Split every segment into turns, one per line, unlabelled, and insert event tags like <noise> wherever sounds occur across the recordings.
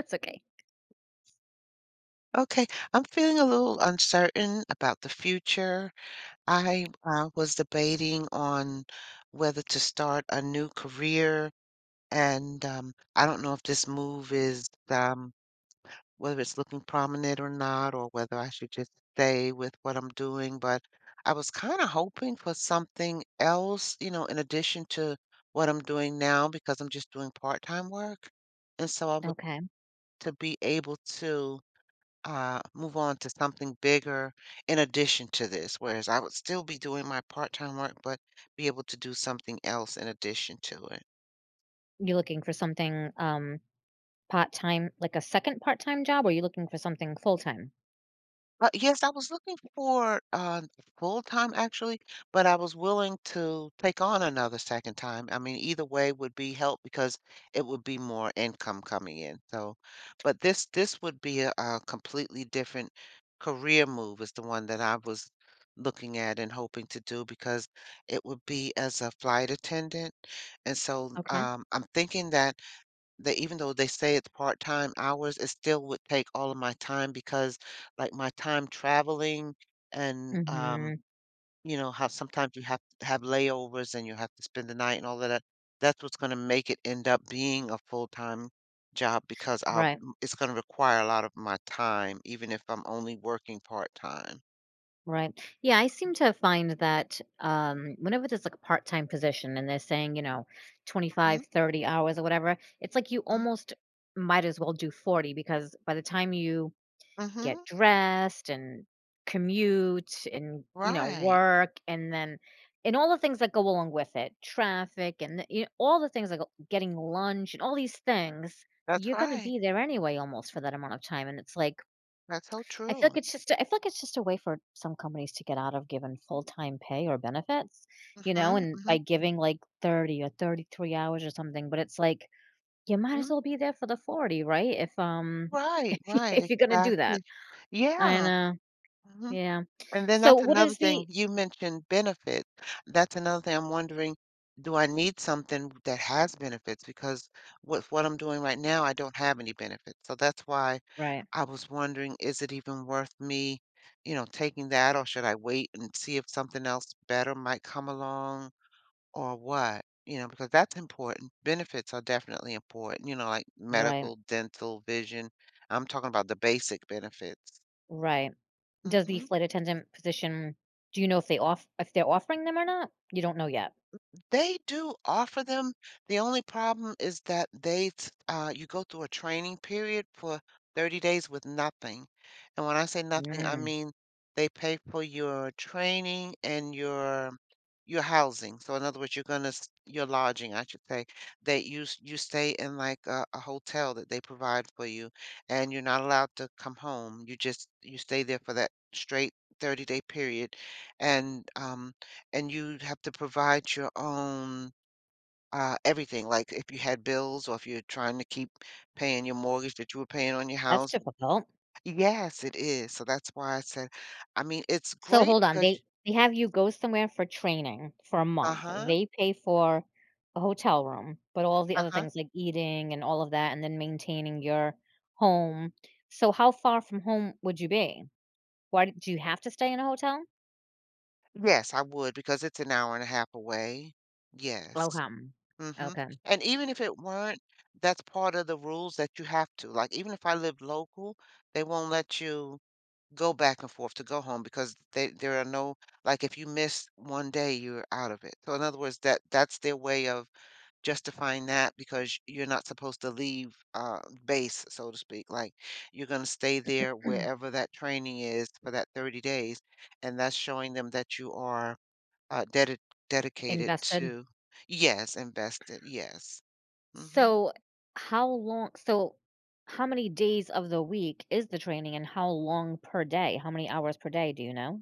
That's okay.
Okay, I'm feeling a little uncertain about the future. I was debating on whether to start a new career, and I don't know if this move is whether it's looking prominent or not, or whether I should just stay with what I'm doing. But I was kind of hoping for something else, in addition to what I'm doing now, because I'm just doing part-time work. And so I would
Okay.
to be able to move on to something bigger in addition to this, whereas I would still be doing my part-time work, but be able to do something else in addition to it.
You're looking for something part-time, like a second part-time job, or are you looking for something full-time?
Yes, I was looking for full time actually, but I was willing to take on another second time. I mean, either way would be help because it would be more income coming in. So, but this would be a completely different career move is the one that I was looking at and hoping to do because it would be as a flight attendant. And so
Okay.
I'm thinking that they even though they say it's part-time hours, it still would take all of my time because, like, my time traveling and,
Hmm.
you know, how sometimes you have to have layovers and you have to spend the night and all of that, that's what's gonna make it end up being a full-time job because I'll
Right.
m it's gonna require a lot of my time even if I'm only working part-time.
Right. Yeah, I seem to find that whenever there's like a part-time position and they're saying, twenty
Mhm,
five, 30 hours or whatever, it's like you
mm,
almost might as well do 40, because by the time you get
mhm,
dressed and commute and
right.
work, and then and all the things that go along with it, traffic, and all the things like getting lunch and all these things,
That's
you're going to
right.
be there anyway almost for that amount of time. And it's like
That's so
I feel like
true.
it's just I feel like it's just a way for some companies to get out of giving full-time pay or benefits,
Mhm,
and by
mhm,
giving like 30 or 33 hours or something, but it's like you might as
mhm.
well be there for the 40, right, if <laughs>
Right,
if
right,
you're going to do that.
exactly.
I
Yeah.
know.
Mhm.
Yeah.
And then
So,
that's
what
another
is
thing
the—
you mentioned benefits. That's another thing I'm wondering, do I need something that has benefits? Because with what I'm doing right now, I don't have any benefits. So that's why
Right,
I was wondering, is it even worth me, you know, taking that or should I wait and see if something else better might come along or what? You know, because that's important. Benefits are definitely important, you know, like
right,
medical, dental, vision. I'm talking about the basic benefits.
right. Does the
hmm
flight attendant position, do you know if they're offering them or not? You don't know yet.
They do offer them. The only problem is that you go through a training period for 30 days with nothing. And when I say nothing, I
Mm,
mean they pay for your training and your housing. So in other words, your lodging, I should say, that you stay in like a hotel that they provide for you, and you're not allowed to come home. You just you stay there for that straight 30-day period, and and you have to provide your own everything. Like if you had bills or if you're trying to keep paying your mortgage that you were paying on your
that's
house.
difficult.
Yes, it is. So that's why I said, I mean, it's
So
great
hold on,
because,
they have you go somewhere for training for a month.
uh-huh,
They pay for a hotel room, but all the other
uh-huh.
things like eating and all of that, and then maintaining your home. So how far from home would you be? Why d do you have to stay in a hotel?
Yes, I would because it's an hour and a half away. Yes.
Okay.
Mm-hmm.
Okay.
And even if it weren't, that's part of the rules that you have to. Like even if I live local, they won't let you go back and forth to go home because they there are no like if you miss 1 day you're out of it. So in other words that's their way of justifying that because you're not supposed to leave base so to speak. Like you're going to stay there wherever that training is for that 30 days and that's showing them that you are uh dedi- dedicated
Invested?
to yes, invested. Yes. Mhm.
So, how long so, how many days of the week is the training, and how long per day? How many hours per day, do you know?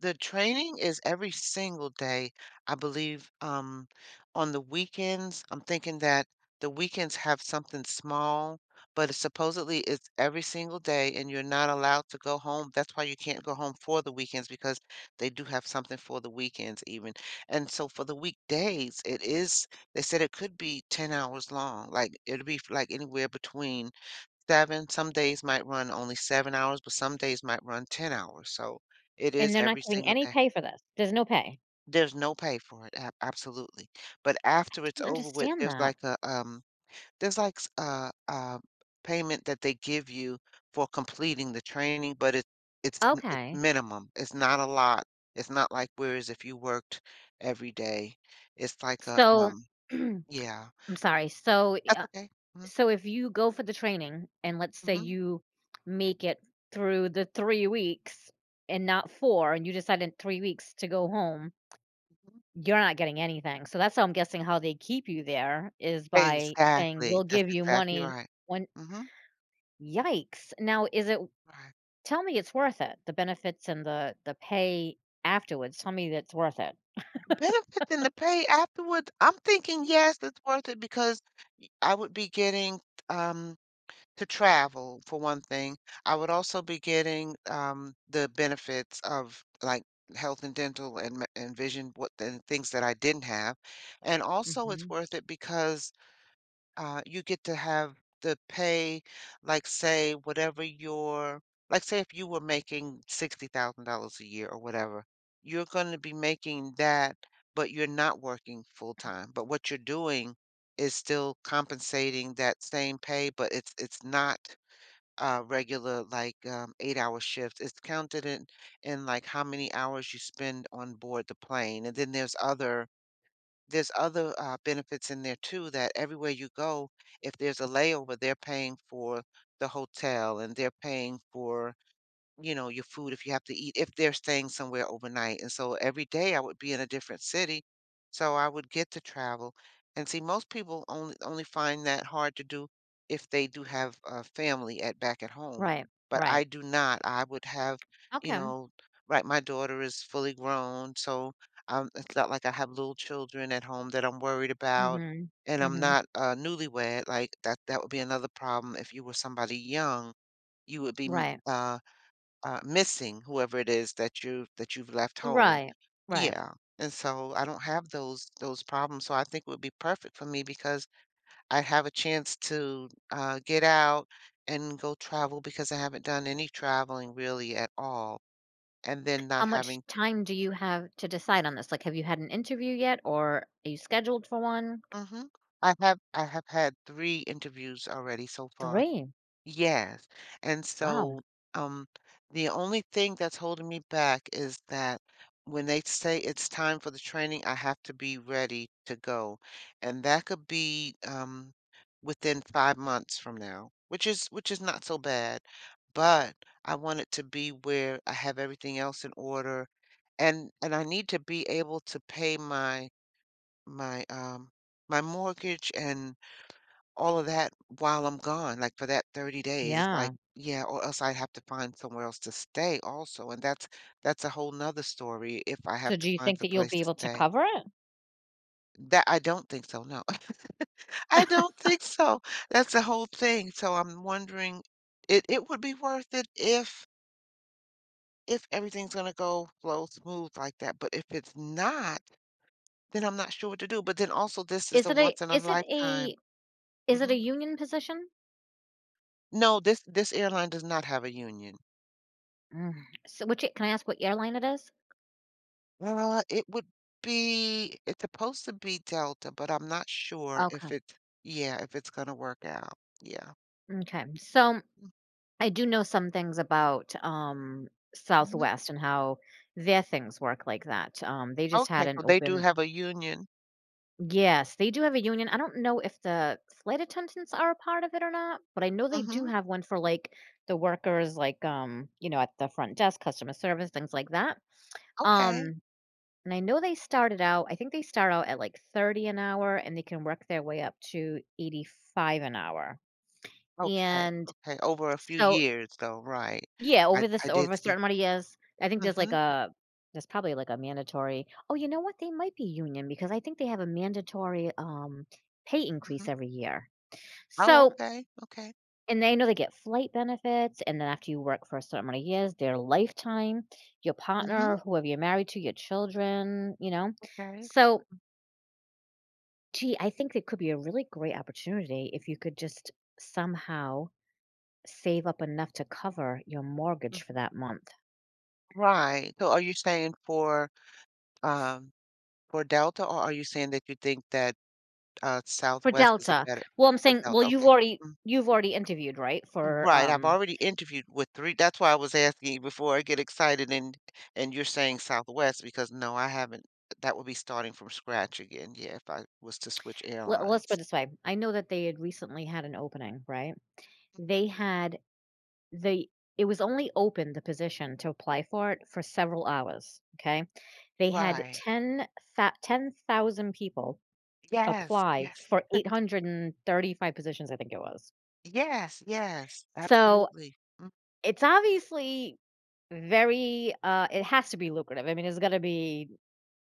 The training is every single day, I believe, on the weekends, I'm thinking that the weekends have something small, but it's supposedly it's every single day and you're not allowed to go home. That's why you can't go home for the weekends because they do have something for the weekends even. And so for the weekdays, it is, they said it could be 10 hours long. Like it'll be like anywhere between 7, some days might run only 7 hours, but some days might run 10 hours, so it
And
is
they're not
every
giving
single
any
day.
pay for this. There's no pay.
There's no pay for it, ab absolutely, but after it's
Can't
over with,
understand
there's
that.
like a, there's like s a payment that they give you for completing the training, but it's
Okay.
minimum, it's not a lot, it's not like whereas if you worked every day, it's like
So, <clears throat> I'm
yeah,
sorry. So,
that's
uh,
okay. mm
so if you go for the training and let's say
mhm,
you make it through the 3 weeks and not 4, and you decide in 3 weeks to go home.
mhm.
You're not getting anything, so that's how I'm guessing how they keep you there is by saying,
Exactly,
"We'll
that's
give you
exactly
money
right.
when—"
Mhm.
Yikes. Now is it
Right.
tell me it's worth it, the benefits and the pay afterwards, tell me that's worth it.
Benefit and the pay afterwards, I'm thinking, yes, it's worth it because I would be getting um to travel for one thing. I would also be getting the benefits of like health and dental and vision what and things that I didn't have. And also it's
Mhm.
worth it because you get to have the pay, like say whatever your, like say if you were making $60,000 a year or whatever, you're going to be making that, but you're not working full time. But what you're doing is still compensating that same pay, but it's not regular like 8 hour shifts. It's counted in like how many hours you spend on board the plane, and then there's other benefits in there too that everywhere you go, if there's a layover, they're paying for the hotel and they're paying for you know, your food if you have to eat, if they're staying somewhere overnight. And so every day I would be in a different city. So I would get to travel. And see, most people only find that hard to do if they do have a family at back at home.
Right,
But
right.
I do not. I would have, you
Okay.
know, right, my daughter is fully grown, so it's not like I have little children at home that I'm worried about.
Mhm,
And I'm
mhm.
not newlywed. Like that would be another problem. If you were somebody young, you would be
Right.
missing whoever it is that you've left home.
Right, right.
Yeah, and so I don't have those problems, so I think it would be perfect for me because I have a chance to, get out and go travel because I haven't done any traveling really at all, and then
How
not
much
having
time do you have to decide on this? Like, have you had an interview yet, or are you scheduled for one?
mhm. I have had 3 interviews already so far.
3.
Yes. And
Wow.
so, um, the only thing that's holding me back is that when they say it's time for the training, I have to be ready to go. And that could be within 5 months from now, which is not so bad. But I want it to be where I have everything else in order, and I need to be able to pay my um my mortgage and all of that while I'm gone, like, for that 30 days, it's
Yeah.
like yeah, or else I'd have to find somewhere else to stay also, and that's a whole nother story if I
So
have to
do you
find
think
some
that you'll
place
be
to
able to
stay.
cover it?
That I don't think so, no. <laughs> I don't
<laughs>
think so. That's the whole thing, so I'm wondering it would be worth it if everything's gonna go flow smooth like that, but if it's not, then I'm not sure what to do, but then also this is
Is
a
it a
once in a
is it a
lifetime.
is it a
Mhm.
union position?
No, this airline does not have a union.
Mm, so which can I ask what airline it is?
It would be it's supposed to be Delta, but I'm not sure if
Okay,
it's yeah, if it's gonna work out. Yeah.
okay. So, I do know some things about
Mhm.
Southwest and how their things work like that. They just had
Okay,
an
so they do
open—
have a union.
Yes, they do have a union. I don't know if the flight attendants are a part of it or not, but I know they do
Mhm.
have one for like the workers, like at the front desk, customer service, things like that.
Okay.
Um, and I know they started out, I think they start out at like 30 an hour, and they can work their way up to 85 an hour.
Okay.
And
Okay. Over a few
so
years though, right.
yeah,
I did
over a
see.
certain amount of years. I think
Mhm.
there's probably like a mandatory— oh, you know what? They might be union, because I think they have a mandatory pay increase
Mhm.
every year.
Oh,
So,
okay. Okay.
and they know they get flight benefits, and then after you work for a certain amount of years, their lifetime, your partner,
Mhm.
whoever you're married to, your children, you know?
Okay.
So, gee, I think it could be a really great opportunity if you could just somehow save up enough to cover your mortgage for
Mhm.
that month.
Right. So are you saying for um Delta or are you saying that you think that
For
Southwest is a
Delta.
better
Well, I'm
for
saying, well,
Delta?
you've
Okay.
already
Mm-hmm.
you've already interviewed, right? For
Right, I've
um,
already interviewed with 3 that's why I was asking you before I get excited and you're saying Southwest because no, I haven't that would be starting from scratch again, yeah, if I was to switch
let, let's put it
airlines.
this way. I know that they had recently had an opening, right? They had the It was only open, the position, to apply for it for several hours. Okay, they had
Right.
10,000 people
Yes,
apply
yes.
for 835 positions, I think it was.
Yes, yes,
So
absolutely. Mm,
it's obviously very it has to be lucrative. I mean, it's got to be—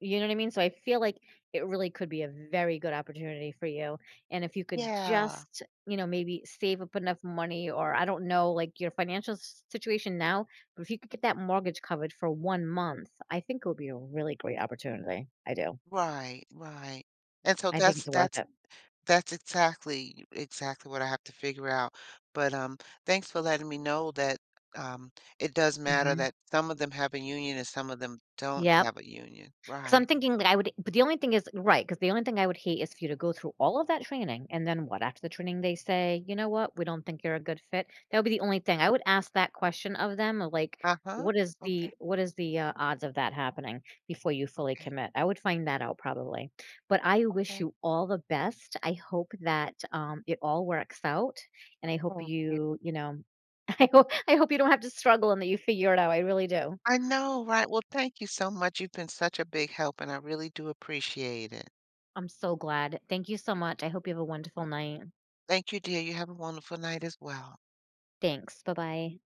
You know what I mean? So I feel like it really could be a very good opportunity for you. And if you could
yeah.
just, maybe save up enough money, or I don't know, like your financial situation now, but if you could get that mortgage covered for 1 month, I think it would be a really great opportunity. I do.
Right, right. And so
I think
that's
it's worth
that's
it.
That's exactly exactly what I have to figure out. But, thanks for letting me know that, um, it does matter
Hmm.
that some of them have a union and some of them don't
Yep.
have a union.
'Cause I'm
Right.
thinking that I would, but the only thing is, right? Because the only thing I would hate is for you to go through all of that training, and then what? After the training, they say, "You know what? We don't think you're a good fit." That would be the only thing. I would ask that question of them, of, like,
Uh-huh.
"What is
Okay,
the what is the, uh, odds of that happening before you fully
okay,
commit?" I would find that out probably. But I wish
okay.
you all the best. I hope that it all works out, and I hope
Thank you.
you, <laughs> I hope you don't have to struggle and that you figure it out. I really do.
I know, right? Well, thank you so much. You've been such a big help, and I really do appreciate it.
I'm so glad. Thank you so much. I hope you have a wonderful night.
Thank you, dear. You have a wonderful night as well.
Thanks. Bye bye.